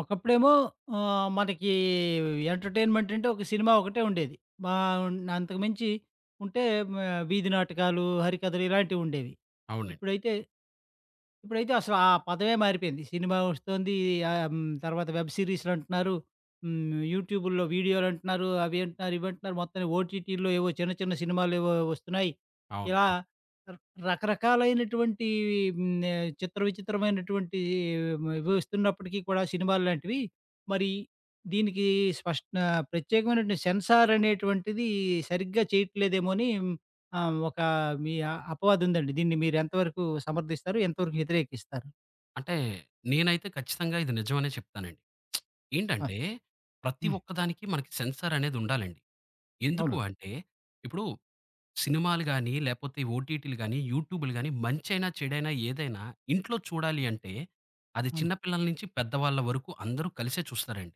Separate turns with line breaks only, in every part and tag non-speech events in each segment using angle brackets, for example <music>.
ఒకప్పుడేమో మనకి ఎంటర్‌టైన్‌మెంట్ అంటే ఒక సినిమా ఒకటే ఉండేది. మా అంతకు మించి ఉంటే మ వీధి నాటకాలు, హరికథలు ఇలాంటివి ఉండేవి.
అవునండి.
ఇప్పుడైతే ఇప్పుడైతే అసలు ఆ పదవే మారిపోయింది. సినిమా వస్తోంది. హ్మ్. తర్వాత వెబ్ సీరీస్‌లంటున్నారు. హ్మ్. యూట్యూబుల్లో వీడియోలంటున్నారు. అవి అంటున్నారు, ఇవి అంటున్నారు. మొత్తానికి ఓటీటీల్లో ఏవో చిన్న చిన్న సినిమాలేవో వస్తున్నాయి.
అవును.
ఇలా
అవును.
ర రకరకాలైనటువంటి చిత్ర విచిత్రమైనటువంటి ఇవి వస్తున్నప్పటికీ కూడా సినిమాల్లాంటివి. మరి దీనికి స్పష్ట ప్రత్యేకమైనటువంటి సెన్సార్ అనేటువంటిది సరిగ్గా చేయట్లేదేమో అని ఆ! ఒక మీ అపవాదుందండి. దీన్ని మీరు ఎంతవరకు సమర్థిస్తారు? ఎంతవరకు వ్యతిరేకిస్తారు?
అంటే నేనైతే ఖచ్చితంగా ఇది నిజమనే చెప్తానండి.
ఆ!
ఏంటంటే ప్రతి
హ్మ్.
ఒక్కదానికి మనకి సెన్సార్ అనేది ఉండాలండి. ఎందుకు
అవును.
అంటే ఇప్పుడు సినిమాలు గాని, లేపోతే ఓటీటీలు గాని, యూట్యూబులు గాని మంచైనా, చెడైనా ఏదైనా ఇంట్లో చూడాలి అంటే అది
హ్మ్.
చిన్న పిల్లల నుంచి పెద్దవాళ్ళ వరకు అందరూ కలిసే చూస్తారండి.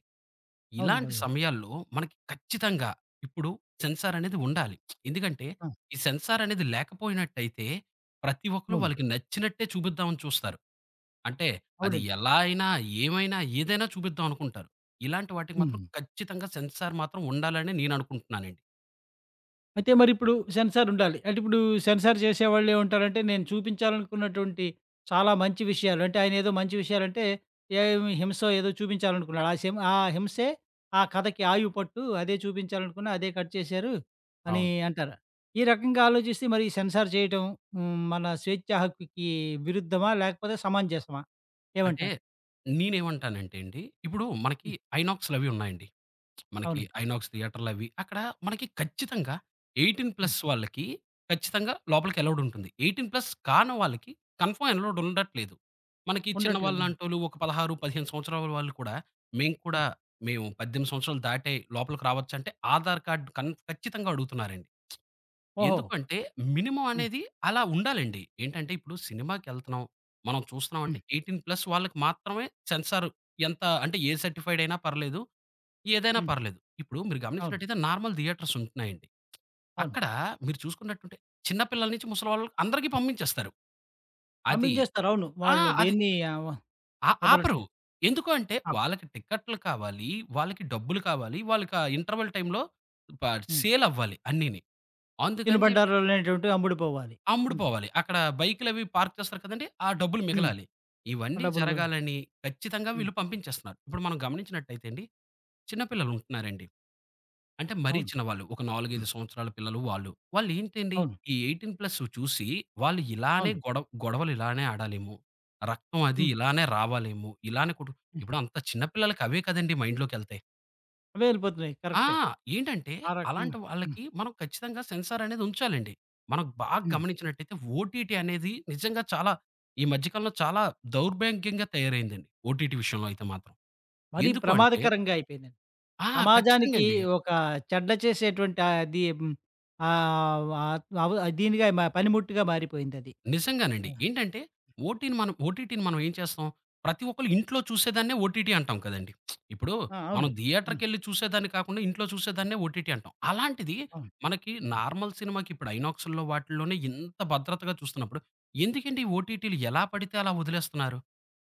అవునండి. అవునండి.
ఇలాంటి
అవునండి
సమయాల్లో మనకి ఖచ్చితంగా ఇప్పుడు సెన్సార్ అనేది ఉండాలి. ఎందుకంటే
ఆ!
ఈ సెన్సార్ అనేది లేకపోయినట్టయితే ప్రతి ఒక్కళ్ళు
అవును.
వాళ్ళకి నచ్చినట్టే చూపిద్దామని చూస్తారు. అంటే అది
అవునండి.
ఎలా అయినా, ఏమైనా, ఏదైనా చూపిద్దాం అనుకుంటారు. ఇలాంటి వాటికి మాత్రం
హ్మ్.
ఖచ్చితంగా సెన్సార్ మాత్రం ఉండాలని నేననుకుంటున్నానండి.
అయితే మరిప్పుడు సెన్సార్ ఉండాలి. అంటే ఇప్పుడు సెన్సార్ చేసేవాళ్ళేమంటారంటే, నేను చూపించాలనుకున్నటువంటి చాలా మంచి విషయాలు అంటే, ఆయనేదో మంచి విషయాలంటే, ఏమి హింసో ఏదో చూపించాలనుకున్నాడు. ఆ హింసే ఆ కథకి ఆయువు పట్టు. అదే చూపించాలనుకున్నా అదే కట్ చేశారు అని
అవును.
అంటారు. ఈ రకంగా ఆలోచిస్తే మరి సెన్సార్ చేయటం మన స్వేచ్ఛా హక్కుకి విరుద్ధమా? లేకపోతే సమంజసమా?
అంటే
ఏమంటారు?
నేనేమంటానంటే అండి, ఇప్పుడు మనకి
హ్మ్.
ఐనాక్స్‌లవి ఉన్నాయండి. మనకి
అవునండి.
ఐనాక్స్ థియేటర్‌లవి. అక్కడ మనకి ఖచ్చితంగా
హ్మ్.
18+ వాళ్ళకి ఖచ్చితంగా లోపలికి అలౌడ్ ఉంటుంది. 18+ కాని వాళ్ళకి కన్ఫర్మ్ అలౌడ్ ఉండట్లేదు. మనకి
ఉండట్లేదు.
చిన్నవాళ్ళలాంటోళ్ళు ఒక 16, 15 సంవత్సరాల వాళ్ళు కూడా మేము
హ్మ్.
కూడా మేము 18 సంవత్సరాలు దాటే లోపలికి రావచ్చంటే ఆధార్ కార్డ్ ఖచ్చితంగా అడుగుతున్నారండి.
ఓహో!
ఎందుకంటే మినిమమ్
హ్మ్.
అనేది అలా ఉండాలండి. ఏంటంటే ఇప్పుడు సినిమాకెళ్తున్నాం, మనం చూస్తున్నాం అంటే
హ్మ్.
18+ వాళ్ళకి మాత్రమే సెన్సార్ ఎంత అంటే ఏ సర్టిఫైడ్ అయినా పర్లేదు. ఏదైనా
హ్మ్.
పర్లేదు. ఇప్పుడు మీరు
అవును.
గమనించినట్టయితే నార్మల్ థియేటర్స్ ఉంటున్నాయండి.
అవును.
అక్కడ మీరు చూసుకున్నట్టుంటే చిన్న పిల్లల నుంచి ముసలోళ్ళకి అందరికి పంపించేస్తారు. అది
పంపించేస్తారు. అవును.
ఆ!
వాళ్ళు
అది
దేన్ని ఆవ
ఆ ఆపరు.
వదలట్లేదు.
ఎందుకు అంటే
ఆ!
వాళ్ళకి టికెట్లు కావాలి, వాళ్ళకి డబ్బులు కావాలి, వాళ్ళకి ఆ ఇంటర్వల్ టైమ్‌లో ప
హ్మ్.
సేల్ అవ్వాలి అన్నీని.
తిను
అందుకని చెప్పి
బండారాలనేటువంటివి అమ్ముడుపోవాలి. అంతే.
అమ్ముడుపోవాలి. అక్కడ బైక్‌లవి పార్క్ చేస్తారు కదండీ! ఆ డబ్బులు
హ్మ్.
మిగలాలి. ఇవన్నీ
డబ్బులు మిగల
జరగాలని ఖచ్చితంగా
హ్మ్.
వీళ్ళు పంపించేస్తున్నారు. ఇప్పుడు మనం గమనించినట్టయితే అండి చిన్న పిల్లలు ఉంటున్నారండి. అంటే మరీ
అవును.
చిన్నవాళ్ళు. ఒక 4, 5 సంవత్సరాల పిల్లలు వాళ్ళు. వాళ్ళేంటండి
అవును.
ఈ 18+ చూసి వాళ్ళు ఇలానే
అవును.
గొడవ గొడవలు ఇలానే ఆడాలేమో! రక్తం అది
హ్మ్.
ఇలానే రావాలేమో! ఇలానే కొట్టు
హ్మ్.
ఇప్పుడు అంత చిన్న పిల్లలకి అవే కదండీ మైండ్‌లోకెళ్తాయి.
అవే వెళ్ళిపోతున్నాయి.
ఆ!
కరెక్టే.
ఏంటంటే
ఆ
అలాంటి
రకంగా హ్మ్.
వాళ్ళకి మనం ఖచ్చితంగా సెన్సార్ అనేది ఉంచాలండి. మనం బాగా
హ్మ్.
గమనించినట్టయితే ఓటీటీ అనేది నిజంగా చాలా ఈ మధ్య కాలంలో చాలా దౌర్భాగ్యంగా తయారైందండి. ఓటీటీ విషయంలో అయితే మాత్రం.
మరీ
ఎందుకు అంటే
ప్రమాదకరంగా అయిపోయిందండి.
ఆ! ఖచ్చితంగా
సమాజానికి
అండి.
ఒక చెడ్డ చేసేటువంటి ఆ అది హ్మ్. ఆహ్, ఆహ్, అవ్ దీనిగా మ పనిముట్టుగా మారిపోయిందది. ఆ!
నిజంగానండి. ఏంటంటే ఓటీని మనం ఓటీటీని మనం ఏం చేస్తాం? ప్రతి ఒక్కళ్ళు ఇంట్లో చూసేదాన్నే ఓటీటీ అంటాం కదండీ! ఇప్పుడు
ఆ!
మనం
అవును. అవును.
థియేటర్‌కెళ్ళి చూసేదాన్ని కాకుండా ఇంట్లో చూసేదాన్నే ఓటీటీ అంటాం. అలాంటిది
అవును.
మనకి
హ్మ్.
నార్మల్ సినిమాకి ఇప్పుడు ఐనాక్స్‌ల్లో వాటిల్లోనే ఇంత భద్రతగా చూస్తున్నప్పుడు ఎందుకండి ఈ ఓటీటీలు ఎలా పడితే అలా వదిలేస్తున్నారు?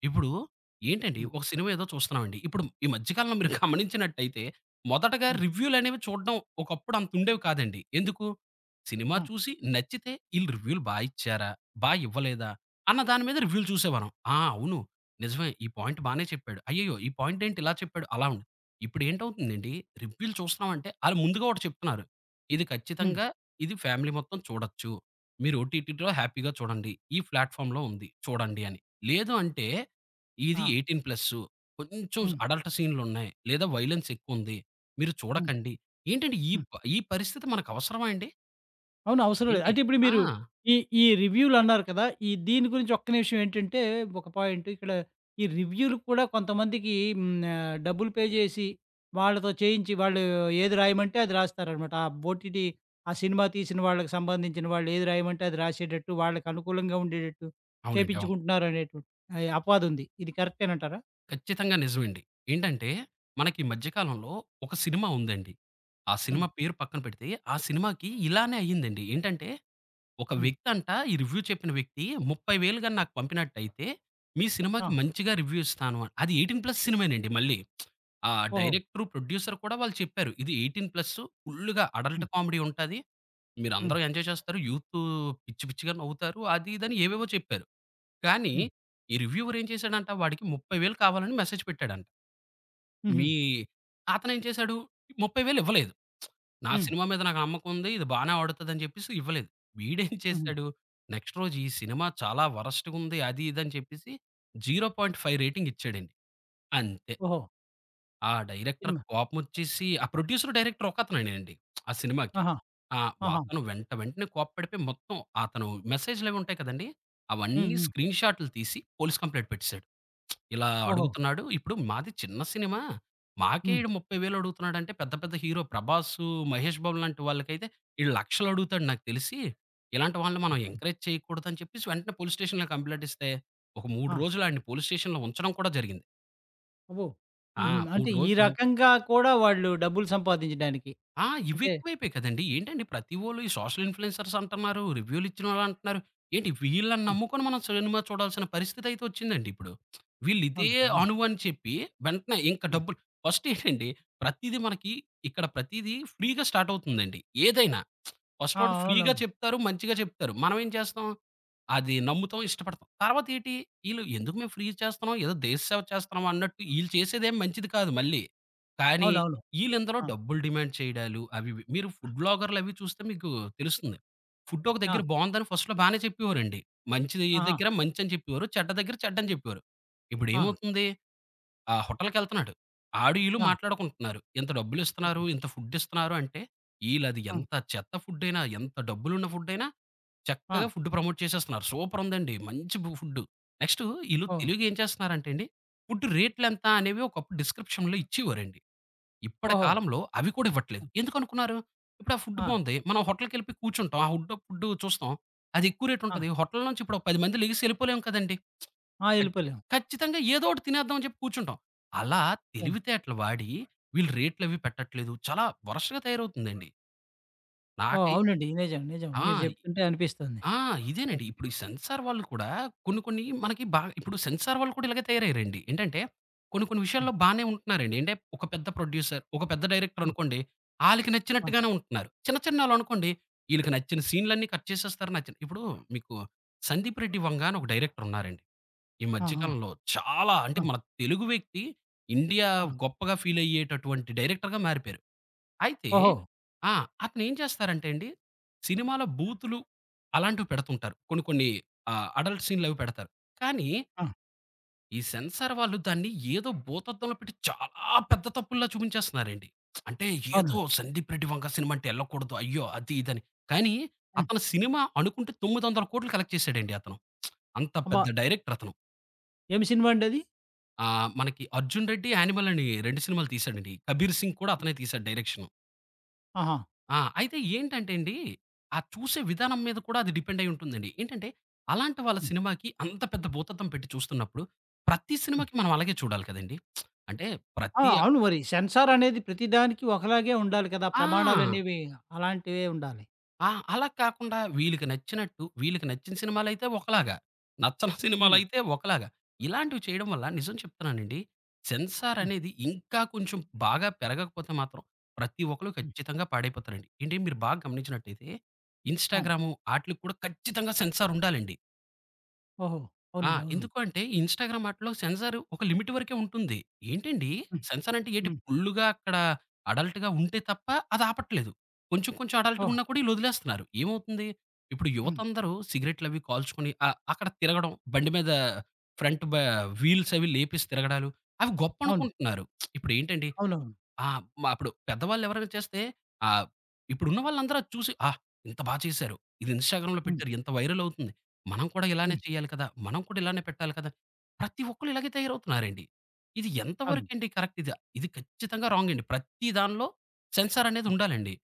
ఇప్పుడు ఏంటండి
హ్మ్.
ఒక సినిమా ఏదో చూస్తున్నామండి. ఇప్పుడు ఈ మధ్య కాలంలో మీరు గమనించినట్టయితే మొదటగా
హ్మ్.
రివ్యూలనేవి చూడడం ఒకప్పుడు అంతుండేవి కాదండి. ఎందుకు? సినిమా
ఆ!
చూసి నచ్చితే ఈళ్ళు రివ్యూలు బా ఇచ్చారా? బా ఇవ్వలేదా? అన్న దాని మీద రివ్యూలు చూసేవారం. ఆ! అవును. నిజమే ఈ పాయింట్ బానే చెప్పాడు. అయ్యయ్యో! ఈ పాయింట్ ఏంటి ఇలా చెప్పాడు అలా ఉండి. ఇప్పుడేంటవుతుందండి రివ్యూలు చూస్తున్నామంటే ఆళ్ళు ముందుగా ఒకటి చెప్తున్నారు. ఇది
హ్మ్.
ఖచ్చితంగా ఇది ఫ్యామిలీ మొత్తం చూడొచ్చు. మీరు ఓటీటీలో హ్యాపీగా చూడండి. ఈ ప్లాట్‌ఫార్మ్‌లో ఉంది చూడండి అని. లేదు అంటే ఇది
ఆ!
18+ ప్లస్సు కొంచెం
హ్మ్.
అడల్ట్ సీన్‌లున్నాయి. లేదా వయలెన్స్ ఎక్కువుంది. మీరు
హ్మ్.
చూడకండి. ఏంటండి
హ్మ్.
ఈ పరిస్థితి మనకు అవసరమా అండి?
అవును. అవసరం లేదు.
ఏంటి?
అంటే ఇప్పుడు
ఆ!
మీరు ఈ ఈ రివ్యూలన్నారు కదా! దీని గురించి ఒక్క నిమిషం ఏంటంటే ఒక పాయింట్ ఇక్కడ ఈ రివ్యూలు కూడా కొంతమందికి డబ్బులు పే చేసి వాళ్ళతో చేయించి వాళ్ళు ఏది రాయమంటే అది రాస్తారనమాట. ఓటీటీ ఆ సినిమా తీసిన వాళ్ళకి సంబంధించిన వాళ్ళు ఏది రాయమంటే అది రాసేటట్టు వాళ్ళకి అనుకూలంగా ఉండేటట్టు
అవునండి. అవును.
చేపించుకుంటున్నారు అనేటువంటి అపవాదుంది. ఇది కరెక్టేనంటారా?
ఖచ్చితంగా నిజమండి. ఏంటంటే, మనకి ఈ మధ్య కాలంలో ఒక సినిమా ఉందండి. ఆ సినిమా
హ్మ్.
పేరు పక్కన పెడితే, ఆ సినిమాకి ఇలానే అయ్యిందండి. ఏంటంటే, ఒక
హ్మ్.
వ్యక్తంట ఈ రివ్యూ చెప్పిన వ్యక్తి 30,000 గాని నాకు పంపినట్టయితే, మీ
ఆ!
సినిమాకి మంచిగా రివ్యూ ఇస్తాను అని. అది 18+ సినిమానండి మళ్ళీ. ఆ
ఓహో!
డైరెక్టరు, ప్రొడ్యూసర్ కూడా వాళ్ళు చెప్పారు. ఇది 18+ ఫుల్లుగా అడల్ట్
హ్మ్.
కామెడీ ఉంటాది. మీరందరూ
హ్మ్.
ఎంజాయ్ చేస్తారు. యూతు పిచ్చి పిచ్చిగా నవ్వుతారు. అది, ఇది అని ఏవేవో చెప్పారు. కానీ,
హ్మ్.
ఈ రివ్యూవర్ ఏం చేశాడంట, వాడికి 30,000 కావాలని మెసేజ్ పెట్టాడంట.
హుహు.
మీ అతనేం చేశాడు 30,000 ఇవ్వలేదు. నా
హ్మ్.
సినిమా మీద నాకు నమ్మకం ఉంది. ఇది బానే ఆడుతదని చెప్పేసి ఇవ్వలేదు. వీడేం
హుహు.
చేశాడు నెక్స్ట్ రోజు ఈ సినిమా చాలా వరస్ట్‌గుంది. అది ఇది అని చెప్పేసి 0.5 రేటింగ్ ఇచ్చాడండి. అంతే.
ఓహో!
ఆ డైరెక్టర్
సినిమా.
కోపమొచ్చేసి ఆ ప్రొడ్యూసర్, డైరెక్టర్ ఒకతనేనండి ఆ సినిమాకి.
ఆహా!
ఆ!
ఆహా!
అతను వెంటనే కోప్పడిపోయి మొత్తం అతను మెసేజ్‌లవి ఉంటాయి కదండీ!
హ్మ్.
అవన్నీ
హ్మ్.
స్క్రీన్ షాటులు తీసి పోలీస్ కంప్లెయింట్ పెట్టేసాడు. ఇలా
ఓహో!
అడుగుతున్నాడు. ఇప్పుడు మాది చిన్న సినిమా. మాకే
హ్మ్.
ఈడు 30,000 అడుగుతున్నాడంటే పెద్ద పెద్ద హీరో 'ప్రభాసు', 'మహేష్ బాబు' లాంటి వాళ్ళకైతే ఈడు లక్షలు అడుగుతాడు నాకు తెలిసి. ఇలాంటి వాళ్ళని మనం ఎంకరేజ్ చేయకూడదని చెప్పేసి వెంటనే పోలీస్ స్టేషన్‌లో కంప్లెయింట్ ఇస్తే, ఒక 3
ఆ!
రోజులు ఆడిని పోలీస్ స్టేషన్‌లో ఉంచడం కూడా జరిగింది.
అబ్బో!
ఆ!
హుహు.
3
అంటే ఈ
రోజులుంచి
రకంగా కూడా వాళ్ళు డబ్బులు సంపాదించడానికి
ఆ!
అంటే
ఇవెక్కువైపోయాయి కదండీ! ఏంటండి ప్రతి వోళ్ళు ఈ సోషల్ ఇన్‌ఫ్లుయెన్సర్స్ అంటన్నారు. రివ్యూలు ఇచ్చినోళ్ళు అంటున్నారు. ఏంటి వీళ్ళని
ఆ!
నమ్ముకొని మనం సినిమా చూడాల్సిన పరిస్థితయితే వచ్చిందండి ఇప్పుడు. వీళ్ళిదే
అవును. ఆ!
అణువు అని చెప్పి వెంటనే ఇంక
హ్మ్.
డబ్బులు ఫస్ట్ ఏంటండి ప్రతీది మనకి ఇక్కడ ప్రతీది ఫ్రీగా స్టార్ట్ అవుతుందండి. ఏదైనా. ఫస్ట్
ఆ!
ఒకటి ఫ్రీగా
అవునవును.
చెప్తారు. మంచిగా చెప్తారు. మనం ఏం చేస్తాం? అది నమ్ముతాం. ఇష్టపడతాం. తర్వాత ఏటి ఈళ్ళు ఎందుకు మేము ఫ్రీ చేస్తున్నాం? ఏదో దేశ సేవ చేస్తున్నాం అన్నట్టు ఈళ్ళు చేసేదేం మంచిది కాదు మళ్ళీ. కానీ
అవునవును.
ఈళ్ళింతలో
ఆ!
డబ్బులు డిమాండ్ చేయడాలు అవి ఇవి. మీరు ఫుడ్ వ్లాగర్‌లవి చూస్తే మీకు తెలుస్తుంది. ఫుడ్ ఒక
ఆ!
దగ్గర బావుందని ఫస్ట్‌లో బానే చెప్పేవారండి. మంచిది
ఆహా!
దగ్గర మంచని చెప్పేవారు. చెడ్డ దగ్గర చెడ్డని చెప్పేవారు.
ఆ!
ఇప్పుడేమవుతుంది ఆ హోటల్‌కెళ్తన్నాడు. ఆడు ఈళ్ళు
ఆ!
మాట్లాడుకుంటున్నారు. ఇంత
ఓకే.
డబ్బులిస్తున్నారు, ఇంత ఫుడ్ ఇస్తున్నారు అంటే, ఈళ్ళది
ఆ!
ఎంత చెత్త ఫుడ్డయినా, ఎంత డబ్బులున్న ఫుడ్డయినా చక్కగా
ఆ!
ఫుడ్ ప్రమోట్ చేసేస్తున్నారు. సూపరుందండి. మంచి బు ఫుడ్డు. నెక్స్టు ఈళ్ళు
ఓహ్!
తెలివిగా ఏం చేస్తున్నారంటే అండి, ఫుడ్ రేట్లెంత అనేవి ఒకప్పుడు డిస్క్రిప్షన్‌లో ఇచ్చేవారండి. ఇప్పటి
ఓహో!
కాలంలో అవి కూడా ఇవ్వట్లేదు. ఎందుకనుకున్నారు? ఇప్పుడు ఆ ఫుడ్
ఆ!
బావుంది. మనం హోటల్‌కెళ్ళిపోయి కూర్చుంటాం. ఆ హుడ్ ఫుడ్ చూస్తాం. అది ఎక్కువ రేట్
ఆ!
ఉంటది. హోటల్ నుంచి ఇప్పుడు ఒక 10 మంది లెగిసి ఎళ్ళిపోలేం కదండీ!
ఆ!
ఖచ్
ఎళ్ళిపోలేం.
ఖచ్చితంగా ఏదో ఒకటి తినేద్దాం అని చెప్పి కూర్చుంటాం. అలా
ఓహ్!
తెలివితేటలు వాడి వీళ్ళు రేట్‌లవి పెట్టట్లేదు. చాలా వరస్ట్‌గా తయారవుతుందండి.
ఓహ్!
నాకై
అవునండి. నిజం. నిజం.
ఆ!
మీరు చెప్తుంటే అనిపిస్తుంది.
ఆ! ఇదేనండి.
కరెక్ట్.
ఇప్పుడు ఈ సెన్సార్ వాళ్ళు కూడా కొన్ని కొన్ని మనకి బాగా ఇప్పుడు సెన్సార్ వాళ్ళు కూడా ఇలాగే తయారయ్యారండి. ఏంటంటే కొన్ని కొన్ని
హ్మ్.
విషయాల్లో బానే ఉంటున్నారండి. అంటే ఒక పెద్ద ప్రొడ్యూసర్, ఒక పెద్ద డైరెక్టర్
హ్మ్.
అనుకోండి, ఆళ్ళకి
ఆ!
నచ్చినట్టుగానే ఉంటున్నారు. చిన్న చిన్నోళ్ళనుకోండి, ఈళ్ళకి నచ్చిన సీన్‌లన్నీ కట్ చేసేస్తారు. నచ్చిన ఇప్పుడు మీకు 'సందీప్ రెడ్డి వంగ' అని ఒక డైరెక్టర్ ఉన్నారండి. ఈ
ఆ!
మధ్య
ఆ!
కాలంలో చాలా అంటే
ఆ!
మన తెలుగు వ్యక్తి ఇండియా
ఆ!
గొప్పగా ఫీల్ అయ్యేటటువంటి డైరెక్టర్‌గా మారిపోయారు. అయితే
ఓహో!
ఆ! అతనేం చేస్తారంటే అండి, సినిమాలో బూతులు అలాంటివి పెడుతుంటారు. కొన్ని కొన్ని అడల్ట్ సీన్‌లవి పెడతారు. కానీ,
ఆ!
ఈ సెన్సార్ వాళ్ళు దాన్ని ఏదో భూతద్దంలో పెట్టి చాలా పెద్ద తప్పుల్లా చూపించేస్తున్నారండి. అంటే ఏదో
అవునండి.
'సందీప్ రెడ్డి వంక' సినిమా అంటే ఎళ్ళకూడదు. అయ్యో! అది ఇదని. కానీ,
హ్మ్.
అతను సినిమా అనుకుంటే 9,00,00,00,000 కలెక్ట్ చేసాడండి అతను. అంత
అబ్బా!
పెద్ద డైరెక్టర్ అతను.
ఏమి సినిమా అండి అది?
ఆహ్, మనకి 'అర్జున్ రెడ్డి', 'యానిమల్' అని 2 సినిమాలు తీశాడండి. 'కబీర్ సింగ్' కూడా అతనే తీశాడు డైరెక్షను.
ఆహా!
ఆ! అయితే ఏంటంటే అండి, ఆ చూసే విధానం మీద కూడా అది డిపెండ్ అయ్యి ఉంటుందండి. ఏంటంటే, అలాంటి వాళ్ళ
హ్మ్.
సినిమాకి అంత పెద్ద భూతద్దం పెట్టి చూస్తున్నప్పుడు, ప్రతి
హ్మ్.
సినిమాకి మనం అలాగే చూడాలి కదండీ! అంటే
ఆ!
ప్రతి
అవును మరి. సెన్సార్ అనేది ప్రతిదానికి ఒకలాగే ఉండాలి కదా!
ఆ!
ప్రమాణాలనేవి అలాంటివే ఉండాలి.
ఆ! అలా కాకుండా వీళ్ళకి నచ్చినట్టు, వీళ్ళకి నచ్చిన సినిమాలైతే ఒకలాగా, నచ్చని
హ్మ్.
సినిమాలైతే ఒకలాగా. ఇలాంటివి చేయడం వల్ల నిజం చెప్తున్నానండి. సెన్సార్
హ్మ్.
అనేది ఇంకా కొంచెం బాగా పెరగకపోతే మాత్రం ప్రతి ఒక్కళ్ళు
హ్మ్.
ఖచ్చితంగా పాడైపోతారండి. ఏంటి మీరు బాగా గమనించినట్టయితే
ఆ!
ఇన్‌స్టాగ్రాము ఆటిలకి కూడా ఖచ్చితంగా సెన్సార్ ఉండాలండి.
ఓహో!
ఆ!
అవునండి. అవును.
ఎందుకు అంటే ఇన్‌స్టాగ్రామ్ ఆటిలో సెన్సార్ ఒక లిమిట్ వరకే ఉంటుంది. ఏంటండి
హ్మ్.
సెన్సార్ అంటే ఏటి
హ్మ్.
ఫుల్లుగా అక్కడ అడల్ట్‌గా ఉంటే తప్ప అది ఆపట్లేదు. కొంచెం కొంచెం అడల్ట్‌గా
ఓహ్!
ఉన్నా కూడా ఈళ్ళొదిలేస్తున్నారు. ఏమవుతుంది? ఇప్పుడు
హ్మ్.
యువతందరూ సిగరెట్‌లవి కాల్చుకొని అక్కడ తిరగడం బండి మీద ఫ్రంట్ బ వీల్స్ అవి లేపేసి తిరగడాలు అవి
అవును.
గొప్పనుకుంటున్నారు. ఇప్పుడేంటండి
అవునవును.
ఆ! అప్పుడు పెద్దవాళ్ళు ఎవరైనా చేస్తే ఆహ్, ఇప్పుడున్న వాళ్ళందరూ అది చూసి, ఇంత బా చేశారు. ఇది ఇన్‌స్టాగ్రామ్‌లో
హ్మ్.
పెట్టారు. ఇంత వైరల్ అవుతుంది. మనం కూడా ఇలానే
హ్మ్.
చేయాలి కదా! మనం కూడా ఇలానే పెట్టాలి కదా! ప్రతి ఒక్కళ్ళు ఇలాగే తయారవుతున్నారండి. ఇది ఎంత
అవును.
వరకండి కరెక్ట్ ఇది? ఇది ఖచ్చితంగా రాంగ్ అండి. ప్రతి దానిలో సెన్సార్ అనేది
హ్మ్.
ఉండాలండి.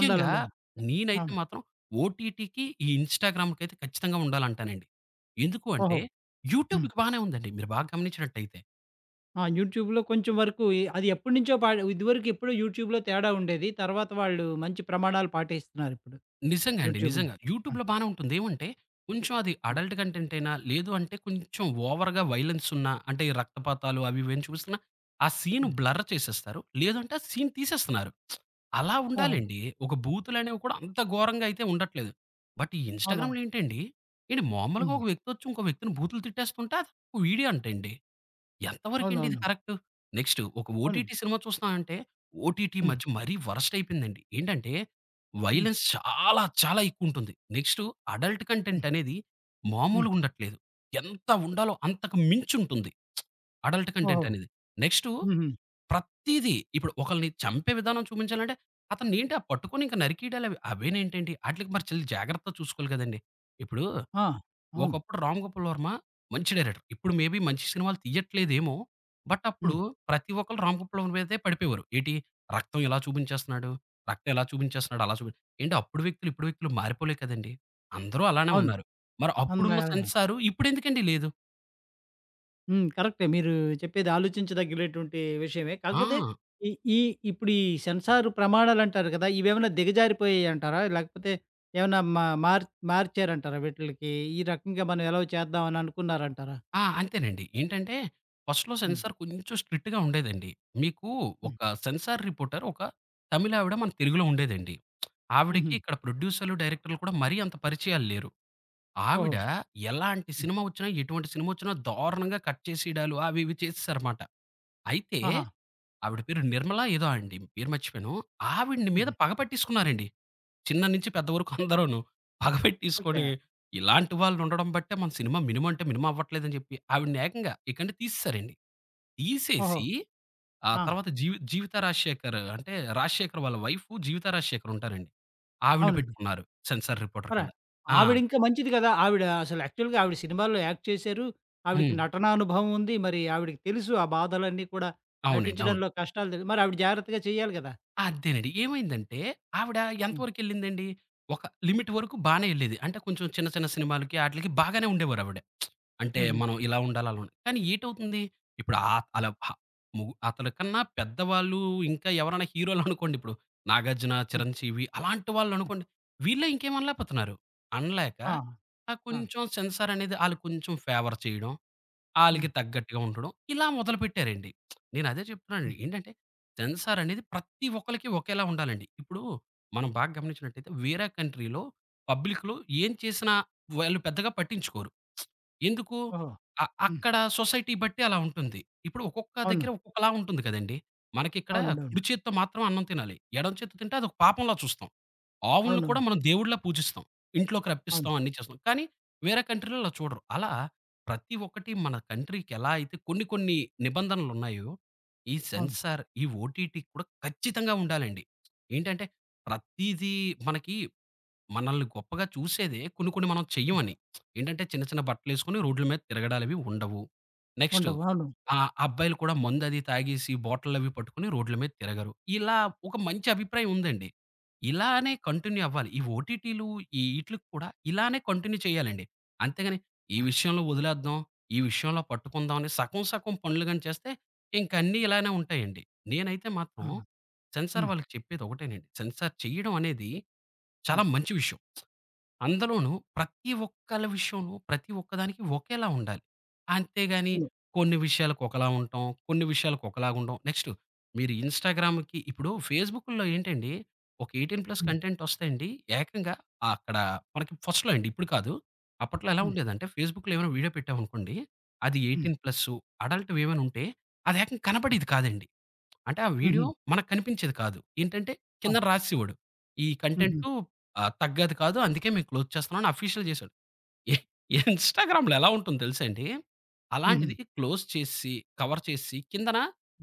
ఉండాలి. ఉండాలి.
నేనైతే
అవును.
మాత్రం ఓటీటీకి, ఈ ఇన్‌స్టాగ్రామ్‌కైతే ఖచ్చితంగా ఉండాలంటానండి. ఎందుకు అంటే
ఓహో! హ్మ్.
యూట్యూబ్‌కి బానే ఉందండి. మీరు బాగా గమనించినట్టయితే.
ఆ! యూట్యూబ్‌లో కొంచెం వరకు అది ఎప్పటినుంచో ఇదివరకు ఎప్పుడో యూట్యూబ్‌లో తేడా ఉండేది. తర్వాత వాళ్ళు మంచి ప్రమాణాలు పాటిస్తున్నారిప్పుడు
నిజంగా అండి.
యూట్యూబ్‌లో.
నిజంగా.
అవును.
యూట్యూబ్‌లో బానే ఉంటుంది. ఏమంటే కొంచెం అది
హ్మ్.
అడల్ట్ కంటెంట్ అయినా, లేదు అంటే కొంచెం ఓవర్‌గా వైలెన్స్ ఉన్నా, అంటే ఈ రక్తపాతాలు అవి ఇవేం చూపిస్తున్నా, ఆ సీన్
హ్మ్.
బ్లర్ చేసేస్తారు. లేదంటే ఆ సీన్ తీసేస్తున్నారు. అలా
ఓహో!
ఉండాలండి. ఒక బూతులనేవి కూడా అంత ఘోరంగా అయితే ఉండట్లేదు. బట్ ఈ
అవునవును.
ఇన్‌స్టాగ్రామ్‌లో ఏంటండి, ఏండి మామూలుగా
హ్మ్.
ఒక వ్యక్తి వచ్చి ఇంకో వ్యక్తిని బూతులు తిట్టేస్తుంటే, అదొక వీడియో అంటండి. ఎంత వరకేంటి ఇది
అవునవును.
కరెక్టు? నెక్స్టు ఒక
అవును.
ఓటీటీ సినిమా చూస్తున్నానంటే, ఓటీటీ
హ్మ్.
మధ్య మరీ వరస్ట్ అయిపోయిందండి. ఏంటంటే,
హ్మ్.
వయలెన్స్ చాలా చాలా ఎక్కువుంటుంది. నెక్స్టు అడల్ట్ కంటెంట్
హ్మ్.
అనేది
హ్మ్.
మామూలుగుండట్లేదు. ఎంత ఉండాలో అంతకు మించుంటుంది. అడల్ట్ కంటెంట్
ఓహో!
అనేది. నెక్స్టు
హుహు.
ప్రతీదీ ఇప్పుడు ఒకళ్ళని చంపే విధానం చూపించాలంటే, అతన్నేంటి ఆ పట్టుకొని ఇంక నరికేయడాలవి అవేనేంటండి ఆటిలికి మరి చాలా జాగ్రత్తగా చూసుకోవాలి కదండీ! ఇప్పుడు
ఆ! అవును.
ఒకప్పుడు 'రామ్ గోపాల్ వర్మ' మంచి డైరెక్టర్. ఇప్పుడు మేబీ మంచి సినిమాలు తీయట్లేదేమో! బట్ అప్పుడు
హ్మ్.
ప్రతి ఒక్కళ్ళు 'రామ్ గోపాల్ వర్మ' మీదే పడిపోయేవారు. ఏటి రక్తం ఇలా చూపించేస్తున్నాడు, రక్తం ఎలా చూపించేస్తున్నాడు అలా చూపి ఏంటి అప్పుడు వ్యక్తులు, ఇప్పుడు వ్యక్తులు మారిపోలే కదండీ! అందరూ అలానే
అవును. <unintelligible>
ఉన్నారు. మరి అప్పుడున్న
అందాలయం.
సెన్సారు ఇప్పుడెందుకండి లేదు?
హ్మ్. కరెక్టే. మీరు చెప్పేది ఆలోచించదగినటువంటి విషయమే.
ఆ!
కాకపోతే ఈ ఈ ఇప్పుడు ఈ సెన్సార్ ప్రమాణాలంటారు కదా! ఇవేమైనా దిగజారిపోయాయంటారా? లేకపోతే ఏమైనా మార్చారంటారా వీటిలకి? ఈ రకంగా మనం ఎలవ్ చేద్దాం అని అనుకున్నారంటారా?
ఆ! అంతేనండి. ఏంటంటే ఫస్ట్‌లో
హ్మ్.
సెన్సార్ కొంచెం స్ట్రిక్ట్‌గా ఉండేదండి. మీకు
హ్మ్.
ఒక సెన్సార్ రిపోర్టర్ ఒక తమిళావిడ మన తెలుగులో ఉండేదండి. ఆవిడకి
హుహు.
ఇక్కడ ప్రొడ్యూసర్‌లు, డైరెక్టర్‌లు కూడా మరీ అంత పరిచయాలు లేరు.
ఓహో!
ఆవిడ ఎలాంటి
హ్మ్.
సినిమా వచ్చినా, ఎటువంటి సినిమా వచ్చినా దారుణంగా కట్ చేసేయడాలు అవి ఇవి చేసేసారమాట. అయితే
ఆహా!
ఆవిడ పేరు నిర్మలా ఏదో అండి. పేరు మర్చిపోయాను. ఆవిడని మీద
హుహు.
పగ పట్టేసుకున్నారండి. చిన్న నుంచి పెద్ద వరకు అందరూను. పగ
ఓకే.
పెట్టేసుకొని ఇలాంటి వాళ్ళుండడం బట్టే మన సినిమా మినిమం అంటే మినిమం అవ్వట్లేదని జెప్పి ఆవిడని ఏకంగా ఇకండి తీసేసారండి.
ఓహో!
తీసేసి ఆ
ఆ!
తర్వాత జీవిత రాజశేఖర్ అంటే రాజశేఖర్ వాళ్ళ వైఫ్ జీవితా రాజశేఖర్ ఉంటారండి. ఆవిడని
అవునండి.
పెట్టుకున్నారు సెన్సార్ రిపోర్టర్
మరి
కింద. ఆ!
ఆవిడింకా మంచిది కదా! ఆవిడ అసలు యాక్చువల్‌గా ఆవిడ సినిమాల్లో యాక్ట్ చేశారు. ఆవిడకి
హ్మ్.
నటనా అనుభవం ఉంది. మరి ఆవిడకి తెలుసు ఆ బాధలన్నీ కూడా
అవునండి. అవును.
నటించడంలో కష్టాలు మరి ఆవిడ జాగ్రత్తగా చేయాలి కదా!
అదేనండి. ఏమైందంటే, ఆవిడ
హ్మ్.
ఎంతవరకెళ్ళిందండి, ఒక లిమిట్ వరకు బానే ఎళ్ళేది. అంటే కొంచెం చిన్న చిన్న సినిమాలకి ఆటిలకి బాగానే ఉండేవారావిడ. అంటే
హుహు.
మనం ఇలా ఉండాలి, అలా ఉండాలి. కానీ ఏటవుతుంది, ఇప్పుడు
హ్మ్.
అలా అతని కన్నా పెద్దవాళ్ళు ఇంకా ఎవరైనా హీరోలనుకోండి ఇప్పుడు 'నాగార్జున',
హ్మ్.
'చిరంజీవి' అలాంటి
హ్మ్.
వాళ్ళనుకోండి, వీళ్ళే ఇంకేం అనలేపోతున్నారు. అనలేక
ఆ! ఆ!
కొంచెం సెన్సార్ అనేది ఆళ్ళు కొంచెం ఫేవర్ చేయడం,
హ్మ్.
ఆళ్ళకి తగ్గట్టుగా ఉండడం. ఇలా మొదలుపెట్టారండి. నేనదే చెప్తున్నానండి.
హ్మ్.
ఏంటంటే, సెన్సార్ అనేది ప్రతి ఒక్కళ్ళకి ఒకేలా ఉండాలండి. ఇప్పుడు మనం బాగా గమనించినట్టయితే వేరే కంట్రీలో పబ్లిక్‌లో ఏం చేసినా వాళ్ళు పెద్దగా పట్టించుకోరు. ఎందుకు?
ఓహో! హ్మ్.
అక్కడ సొసైటీ బట్టి అలా ఉంటుంది. ఇప్పుడు ఒక్కొక్క
అవును.
దగ్గర ఒక్కొక్కలా ఉంటుంది కదండీ! మనకిక్కడ
అవునండి. అవును.
కుడి చేత్తో మాత్రం అన్నం తినాలి. ఎడమ చేత్తో తింటే అదొక పాపంలా చూస్తాం. ఆవుల్ని కూడా
అవునవును.
మనం దేవుడిలా పూజిస్తాం. ఇంట్లోకి
అవును.
రప్పిస్తాం, అన్నీ చేస్తాం. కానీ వేరే కంట్రీ‌లో అలా చూడరు. అలా ప్రతి ఒక్కటి మన కంట్రీ‌కి ఎలా అయితే కొన్ని కొన్ని నిబంధనలున్నాయో, ఈ
అవును.
సెన్సార్, ఈ ఓటీటీ కూడా ఖచ్చితంగా ఉండాలండి. ఏంటంటే ప్రతీదీ మనకి మనల్ని గొప్పగా చూసేదే కొన్ని కొన్ని మనం
హ్మ్.
చెయ్యమని. ఏంటంటే చిన్న చిన్న బట్టలేసుకొని రోడ్ల మీద తిరగడాలవి ఉండవు. నెక్స్టు
ఉండవు. అవును.
అబ్బాయిలు కూడా మందది తాగేసి బాటిళ్ళవి పట్టుకొని రోడ్ల మీద తిరగరు. ఇలా ఒక మంచి అభిప్రాయం ఉందండి. ఇలానే కంటిన్యూ అవ్వాలి. ఈ ఓటీటీలు ఈ ఈట్లికి కూడా ఇలానే కంటిన్యూ చేయాలండి. అంతేగాని ఈ
ఆ!
విషయంలో వదిలేద్దాం, ఈ విషయంలో పట్టుకుందాం అని సగం సగం పనులు గాని చేస్తే ఇంక అన్నీ ఇలానే ఉంటాయండి. నేనైతే
ఆ!
మాత్రం సెన్సార్
హ్మ్.
వాళ్ళకి చెప్పేదొకటేనండి. సెన్సార్ చెయ్యడం అనేది చాలా
హ్మ్.
మంచి విషయం. అందులోనూ ప్రతి ఒక్కళ్ళ విషయంలో ప్రతి ఒక్కదానికి ఒకేలా ఉండాలి. అంతేగాని
అవును.
కొన్ని విషయాలకు ఒకలా ఉంటాం. కొన్ని విషయాలకు ఒకలాగా ఉండం. నెక్స్ట్ మీరు ఇన్‌స్టాగ్రామ్‌కి ఇప్పుడు ఫేస్‌బుక్‌లో ఏంటండి ఒక 18+
హ్మ్.
కంటెంట్ వస్తేండి ఏకంగా అక్కడ మనకి ఫస్ట్‌లో అండి ఇప్పుడు కాదు. అప్పట్లో ఎలా
హ్మ్.
ఉండేదంటే ఫేస్‌బుక్‌లో ఏమైనా వీడియో పెట్టామనుకోండి. అది
హ్మ్.
18+ అడల్ట్‌వి ఏమైనా ఉంటే అది ఏకంగా
హ్మ్.
కనపడేది కాదండి. అంటే ఆ
హుహు.
వీడియో మనకు కనిపించేది కాదు. ఏంటంటే
ఆ!
కిందన రాసేసేవాడు. ఈ
హుహు.
కంటెంటు తగ్గది కాదు. అందుకే మేము క్లోజ్ చేస్తున్నాం అని అఫీషియల్ చేసాడు. ఇ ఇన్‌స్టాగ్రామ్‌లో ఎలా ఉంటుందో తెలుసా అండి?
హుహు.
అలాంటిది క్లోజ్ చేసేసి, కవర్ చేసేసి కిందన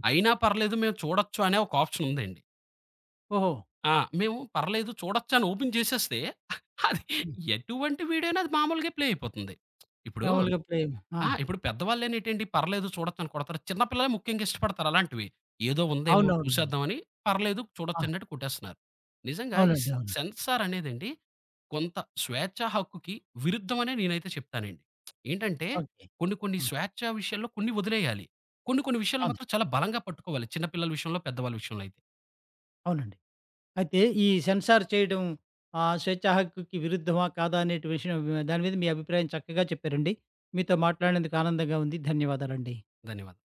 అయినా పర్లేదు మేము చూడొచ్చు అనే ఒక ఆప్షన్ ఉందండి.
ఓహో!
ఆ! మేము పర్లేదు చూడొచ్చు అని ఓపెన్ చేసేస్తే అది
హ్మ్.
ఎటువంటి వీడియో అయినా అది మామూలుగా ప్లే అయిపోతుంది. ఇప్పుడు
మామూలుగా ప్రేమ. ఆ!
ఆ! ఇప్పుడు పెద్దవాళ్ళేనేటండి పర్లేదు చూడొచ్చని కొడతారు. చిన్న పిల్లలే ముఖ్యంగా ఇష్టపడతారు అలాంటివి. ఏదో ఉందేమో
అవునవునండి.
చూసేద్దామని పర్లేదు
ఆ!
చూడొచ్చన్నట్టు కొట్టేస్తున్నారు. నిజంగా ఈ
అవునండి.
సె
అవును.
సెన్సార్ అనేదండి కొంత స్వేచ్ఛా హక్కుకి విరుద్ధమనే నేనైతే చెప్తానండి. ఏంటంటే
ఓకే.
కొన్ని కొన్ని
అవును.
స్వేచ్ఛా విషయాల్లో కొన్ని వదిలేయాలి. కొన్ని కొన్ని విషయాల్లో
అవును.
మాత్రం చాలా బలంగా పట్టుకోవాలి. చిన్న పిల్లల విషయంలో, పెద్దవాళ్ళ విషయంలో అయితే.
అవునండి. అయితే ఈ సెన్సార్ చేయడం స్వేచ్ఛా హక్కుకి విరుద్ధమా? కాదా? అనేటి విషయం దాని మీద మీ అభిప్రాయం చక్కగా చెప్పారండి. మీతో మాట్లాడినందుకు ఆనందంగా ఉంది. ధన్యవాదాలండి.
ధన్యవాదాలు.